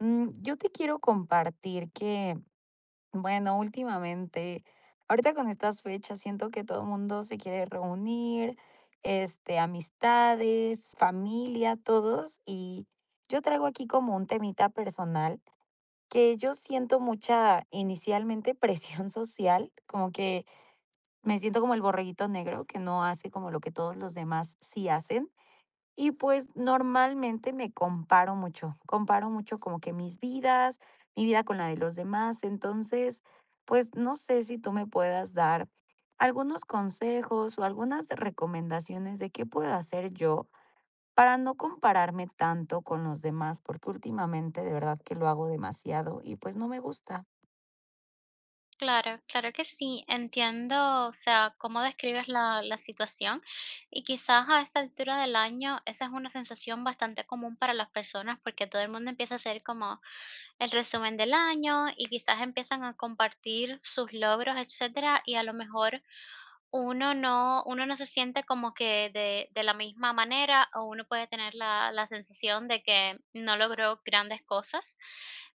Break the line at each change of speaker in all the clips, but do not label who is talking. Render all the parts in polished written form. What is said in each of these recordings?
Yo te quiero compartir que, bueno, últimamente, ahorita con estas fechas, siento que todo el mundo se quiere reunir, amistades, familia, todos, y yo traigo aquí como un temita personal que yo siento mucha, inicialmente, presión social, como que me siento como el borreguito negro que no hace como lo que todos los demás sí hacen. Y pues normalmente me comparo mucho como que mi vida con la de los demás, entonces, pues no sé si tú me puedas dar algunos consejos o algunas recomendaciones de qué puedo hacer yo para no compararme tanto con los demás, porque últimamente de verdad que lo hago demasiado y pues no me gusta.
Claro, claro que sí, entiendo, o sea, cómo describes la situación y quizás a esta altura del año esa es una sensación bastante común para las personas porque todo el mundo empieza a hacer como el resumen del año y quizás empiezan a compartir sus logros, etcétera, y a lo mejor uno no se siente como que de la misma manera, o uno puede tener la sensación de que no logró grandes cosas,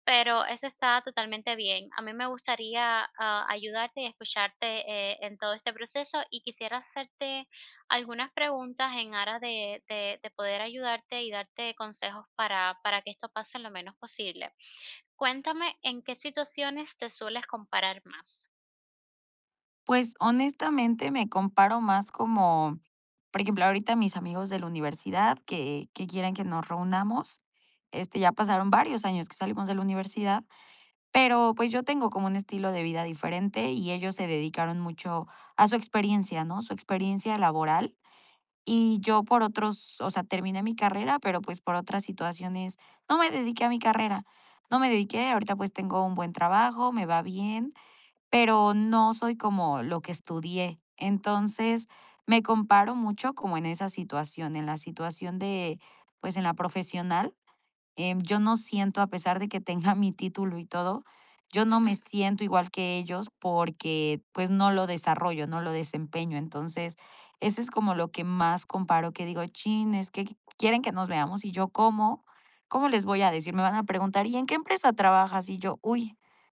pero eso está totalmente bien. A mí me gustaría, ah, ayudarte y escucharte, en todo este proceso, y quisiera hacerte algunas preguntas en aras de poder ayudarte y darte consejos para que esto pase lo menos posible. Cuéntame en qué situaciones te sueles comparar más.
Pues, honestamente, me comparo más como, por ejemplo, ahorita mis amigos de la universidad que quieren que nos reunamos, ya pasaron varios años que salimos de la universidad, pero, pues, yo tengo como un estilo de vida diferente y ellos se dedicaron mucho a su experiencia, ¿no? Su experiencia laboral, y yo por otros o sea, terminé mi carrera, pero, pues, por otras situaciones no me dediqué a mi carrera, no me dediqué, ahorita, pues, tengo un buen trabajo, me va bien, pero no soy como lo que estudié. Entonces, me comparo mucho como en esa situación, en la situación de, pues en la profesional. Yo no siento, a pesar de que tenga mi título y todo, yo no
Ujú,
me siento igual que ellos porque, pues, no lo desarrollo, no lo desempeño. Entonces, ese es como lo que más comparo, que digo: "Chin, es que quieren que nos veamos, ¿y yo cómo? ¿Cómo les voy a decir?". Me van a preguntar: "¿Y en qué empresa trabajas?". Y yo: "Uy,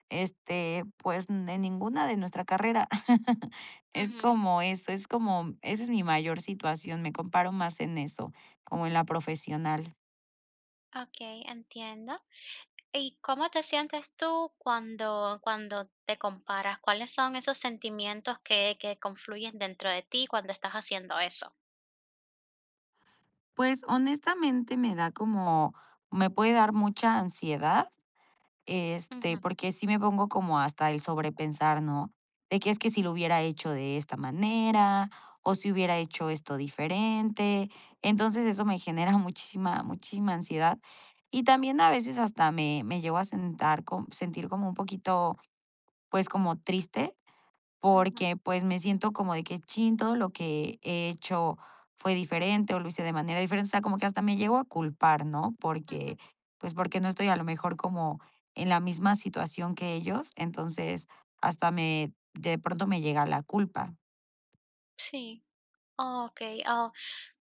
pues, en ninguna de nuestra carrera". Es
ujú.
como eso, es como esa es mi mayor situación, me comparo más en eso, como en la profesional.
Okey, entiendo. ¿Y cómo te sientes tú cuando te comparas? ¿Cuáles son esos sentimientos que confluyen dentro de ti cuando estás haciendo eso?
Pues, honestamente, me da como me puede dar mucha ansiedad,
Ujú,
porque sí me pongo como hasta el sobrepensar, ¿no? De que es que si lo hubiera hecho de esta manera, o si hubiera hecho esto diferente. Entonces, eso me genera muchísima, muchísima ansiedad. Y también a veces hasta me llevo a sentar co sentir como un poquito, pues, como triste
ujú,
porque, pues, me siento como de que, chin, todo lo que he hecho fue diferente o lo hice de manera diferente. O sea, como que hasta me llego a culpar, ¿no?
ujú.
Porque, pues, porque no estoy a lo mejor como en la misma situación que ellos, entonces hasta me de pronto me llega la culpa.
Sí. Okey, oh,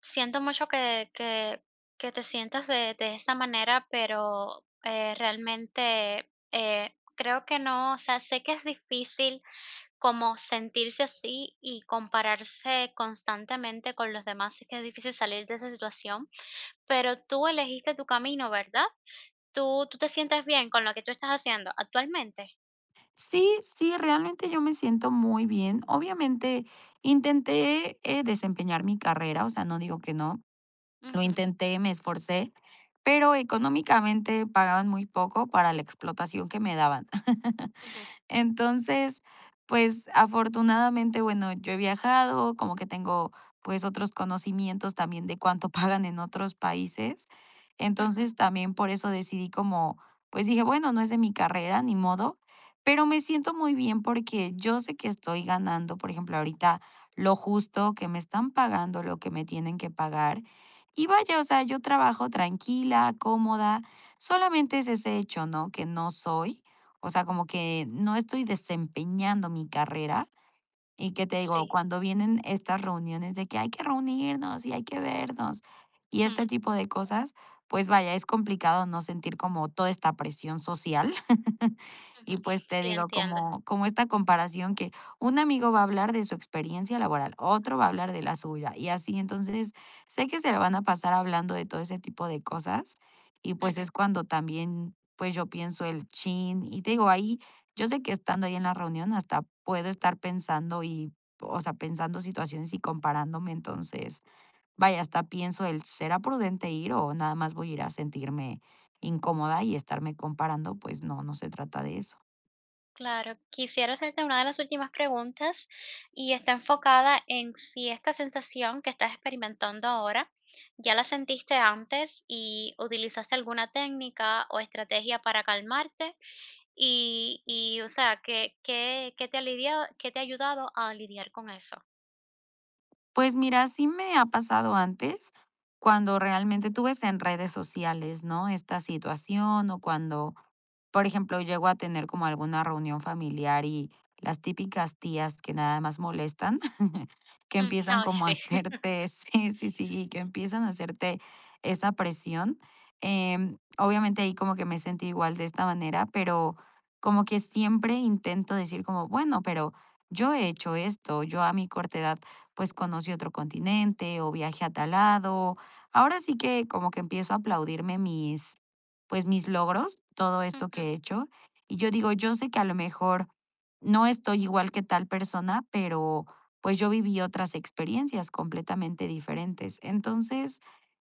siento mucho que te sientas de esa manera, pero, realmente, creo que no, o sea, sé que es difícil como sentirse así y compararse constantemente con los demás, es que es difícil salir de esa situación, pero tú elegiste tu camino, ¿verdad? Tú te sientes bien con lo que tú estás haciendo actualmente.
Sí, sí, realmente yo me siento muy bien. Obviamente intenté, desempeñar mi carrera, o sea, no digo que no. Lo
Ujú,
intenté, me esforcé, pero económicamente pagaban muy poco para la explotación que me daban.
ujú,
Entonces, pues, afortunadamente, bueno, yo he viajado, como que tengo, pues, otros conocimientos también de cuánto pagan en otros países.
ujú.
Entonces, también por eso pues, dije: "Bueno, no es de mi carrera, ni modo", pero me siento muy bien porque yo sé que estoy ganando, por ejemplo, ahorita lo justo, que me están pagando lo que me tienen que pagar. Y vaya, o sea, yo trabajo tranquila, cómoda, solamente es ese hecho, ¿no?, que no soy. O sea, como que no estoy desempeñando mi carrera, y que te digo,
Sí,
cuando vienen estas reuniones de que hay que reunirnos y hay que vernos y este
mm,
tipo de cosas, pues vaya, es complicado no sentir como toda esta presión social. Y
ujú.
pues te
Sí,
digo,
entiendo.
como esta comparación que un amigo va a hablar de su experiencia laboral, otro va a hablar de la suya y así. Entonces, sé que se la van a pasar hablando de todo ese tipo de cosas y pues
Ujú.
es cuando también, pues yo pienso el chin y te digo, ahí yo sé que estando ahí en la reunión hasta puedo estar pensando y, o sea, pensando situaciones y comparándome, entonces, vaya, hasta pienso el, ¿será prudente ir o nada más voy a ir a sentirme incómoda y estarme comparando? Pues no, no se trata de eso.
Claro, quisiera hacerte una de las últimas preguntas y está enfocada en si esta sensación que estás experimentando ahora ya la sentiste antes y utilizaste alguna técnica o estrategia para calmarte o sea, ¿qué, qué te ha lidiado, qué te ha ayudado a lidiar con eso?
Pues mira, sí me ha pasado antes, cuando realmente tú ves en redes sociales, ¿no? Esta situación o cuando, por ejemplo, llego a tener como alguna reunión familiar y las típicas tías que nada más molestan, que
Mm,
empiezan
ay,
como a
sí.
hacerte, sí, sí, sí, que empiezan a hacerte esa presión. Obviamente ahí como que me sentí igual de esta manera, pero como que siempre intento decir como, bueno, pero yo he hecho esto, yo a mi corta edad pues conocí otro continente o viajé a tal lado. Ahora sí que como que empiezo a aplaudirme mis, pues mis logros, todo esto
Ujú,
que he hecho. Y yo digo, yo sé que a lo mejor no estoy igual que tal persona, pero pues yo viví otras experiencias completamente diferentes. Entonces,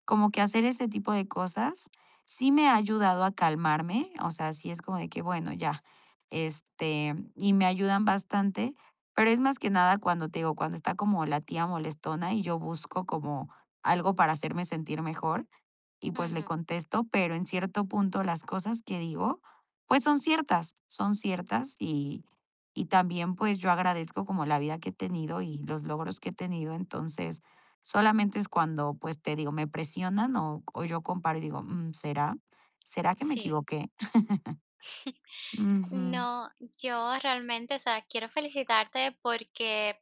como que hacer ese tipo de cosas sí me ha ayudado a calmarme, o sea, sí es como de que, bueno, ya, y me ayudan bastante pero es más que nada cuando, te digo, cuando está como la tía molestona y yo busco como algo para hacerme sentir mejor y, pues, le
ujú,
contesto, pero en cierto punto las cosas que digo, pues, son ciertas y también, pues, yo agradezco como la vida que he tenido y los logros que he tenido. Entonces, solamente es cuando, pues, te digo, me presionan o yo comparo y digo: "Mm, ¿será? ¿Será que me
sí.
equivoqué?". Ujú.
No, yo realmente, o sea, quiero felicitarte porque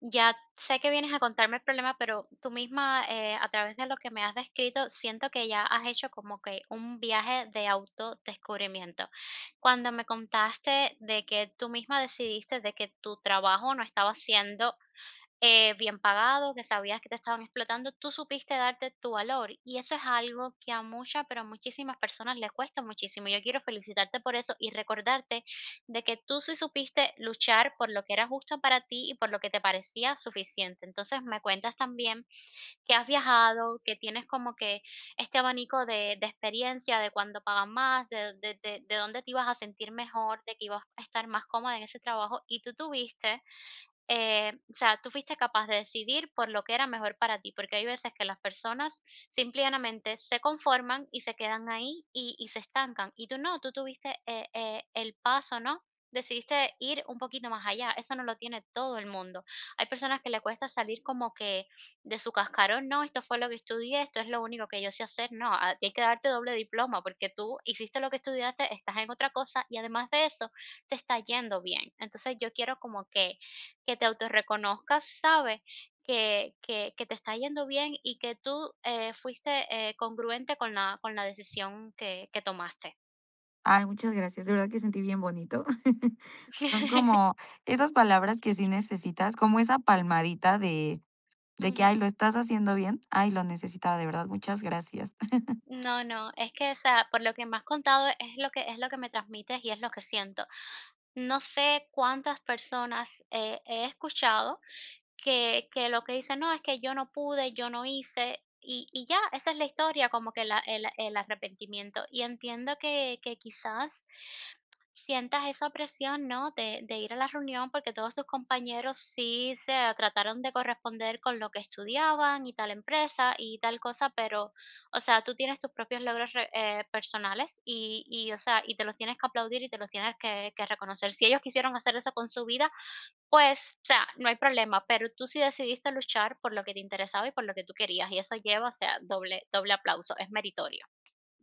ya sé que vienes a contarme el problema, pero tú misma, a través de lo que me has descrito, siento que ya has hecho como que un viaje de autodescubrimiento. Cuando me contaste de que tú misma decidiste de que tu trabajo no estaba siendo bien pagado, que sabías que te estaban explotando, tú supiste darte tu valor. Y eso es algo que a muchas, pero a muchísimas personas les cuesta muchísimo. Yo quiero felicitarte por eso y recordarte de que tú sí supiste luchar por lo que era justo para ti y por lo que te parecía suficiente. Entonces me cuentas también que has viajado, que tienes como que este abanico de experiencia, de cuándo pagan más, de dónde te ibas a sentir mejor, de que ibas a estar más cómoda en ese trabajo y tú tuviste o sea, tú fuiste capaz de decidir por lo que era mejor para ti, porque hay veces que las personas simplemente se conforman y se quedan ahí y se estancan. Y tú no, tú tuviste el paso, ¿no? Decidiste ir un poquito más allá. Eso no lo tiene todo el mundo. Hay personas que le cuesta salir como que de su cascarón, no, esto fue lo que estudié, esto es lo único que yo sé hacer. No, hay que darte doble diploma porque tú hiciste lo que estudiaste, estás en otra cosa y además de eso, te está yendo bien. Entonces yo quiero como que te autorreconozcas, ¿sabes? Que te está yendo bien y que tú fuiste congruente con con la decisión que tomaste.
Ay, muchas gracias, de verdad que sentí bien bonito. Son como esas palabras que sí necesitas, como esa palmadita de que: "Ay,
Ujú.
lo estás haciendo bien. Ay, lo necesitaba, de verdad, muchas gracias".
No, no, es que, o sea, por lo que me has contado es lo que me transmites y es lo que siento. No sé cuántas personas he escuchado que lo que dicen: "No, es que yo no pude, yo no hice", y ya, esa es la historia, como que la el arrepentimiento. Y entiendo que quizás sientas esa presión, ¿no?, de ir a la reunión, porque todos tus compañeros sí se trataron de corresponder con lo que estudiaban y tal empresa y tal cosa, pero, o sea, tú tienes tus propios logros re personales y o sea, y te los tienes que aplaudir y te los tienes que reconocer. Si ellos quisieron hacer eso con su vida, pues, o sea, no hay problema, pero tú sí decidiste luchar por lo que te interesaba y por lo que tú querías, y eso lleva, o sea, doble aplauso, es meritorio.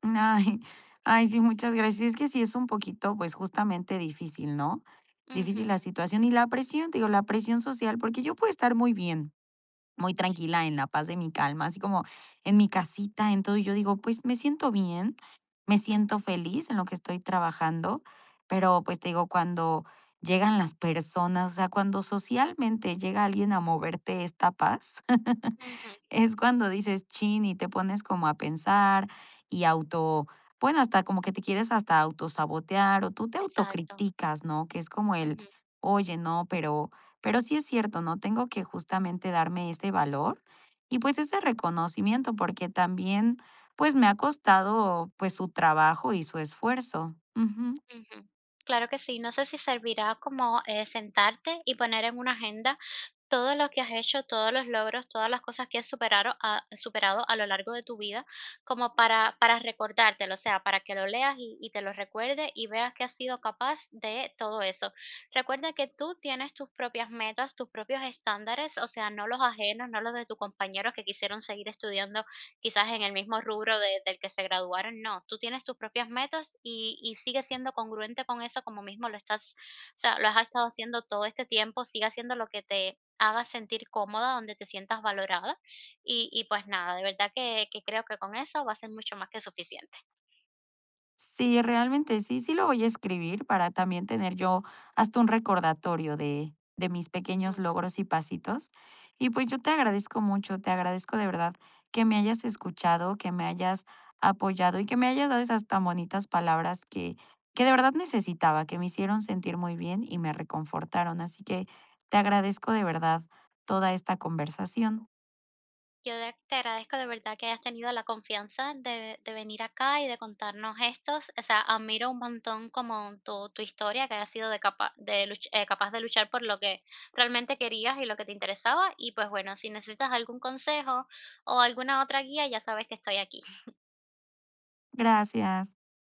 Ay, ay, sí, muchas gracias. Es que sí es un poquito, pues, justamente difícil, ¿no?
Ujú,
Difícil la situación y la presión, te digo, la presión social, porque yo puedo estar muy bien, muy tranquila, en la paz de mi calma, así como en mi casita, en todo. Y yo digo, pues me siento bien, me siento
ujú,
feliz en lo que estoy trabajando, pero pues te digo, cuando llegan las personas, o sea, cuando socialmente llega alguien a moverte esta paz,
ujú,
es cuando dices: "Chin", y te pones como a pensar y auto bueno, hasta como que te quieres hasta autosabotear, o tú te
exacto,
autocriticas, ¿no? Que es como el:
ujú,
"Oye, no, pero sí es cierto, ¿no? Tengo que justamente darme ese valor y, pues, ese reconocimiento", porque también, pues, me ha costado, pues, su trabajo y su esfuerzo. Ujú.
ujú. Claro que sí, no sé si servirá como, sentarte y poner en una agenda todo lo que has hecho, todos los logros, todas las cosas que has superado a lo largo de tu vida, como para recordártelo, o sea, para que lo leas y te lo recuerde y veas que has sido capaz de todo eso. Recuerda que tú tienes tus propias metas, tus propios estándares, o sea, no los ajenos, no los de tus compañeros que quisieron seguir estudiando quizás en el mismo rubro del que se graduaron, no, tú tienes tus propias metas y sigue siendo congruente con eso como mismo lo estás, o sea, lo has estado haciendo todo este tiempo, sigue haciendo lo que te haga sentir cómoda, donde te sientas valorada. Y pues nada, de verdad que creo que con eso va a ser mucho más que suficiente.
Sí, realmente sí, sí lo voy a escribir para también tener yo hasta un recordatorio de mis pequeños
Ujú.
logros y pasitos. Y pues yo te agradezco mucho, te agradezco de verdad que me hayas escuchado, que me hayas apoyado y que me hayas dado esas tan bonitas palabras que de verdad necesitaba, que me hicieron sentir muy bien y me reconfortaron. Así que te agradezco de verdad toda esta conversación.
Yo de te agradezco de verdad que hayas tenido la confianza de venir acá y de contarnos estos, o sea, admiro un montón como tu historia, que hayas sido de capa de luch capaz de luchar por lo que realmente querías y lo que te interesaba. Y pues bueno, si necesitas algún consejo o alguna otra guía, ya sabes que estoy aquí.
Gracias.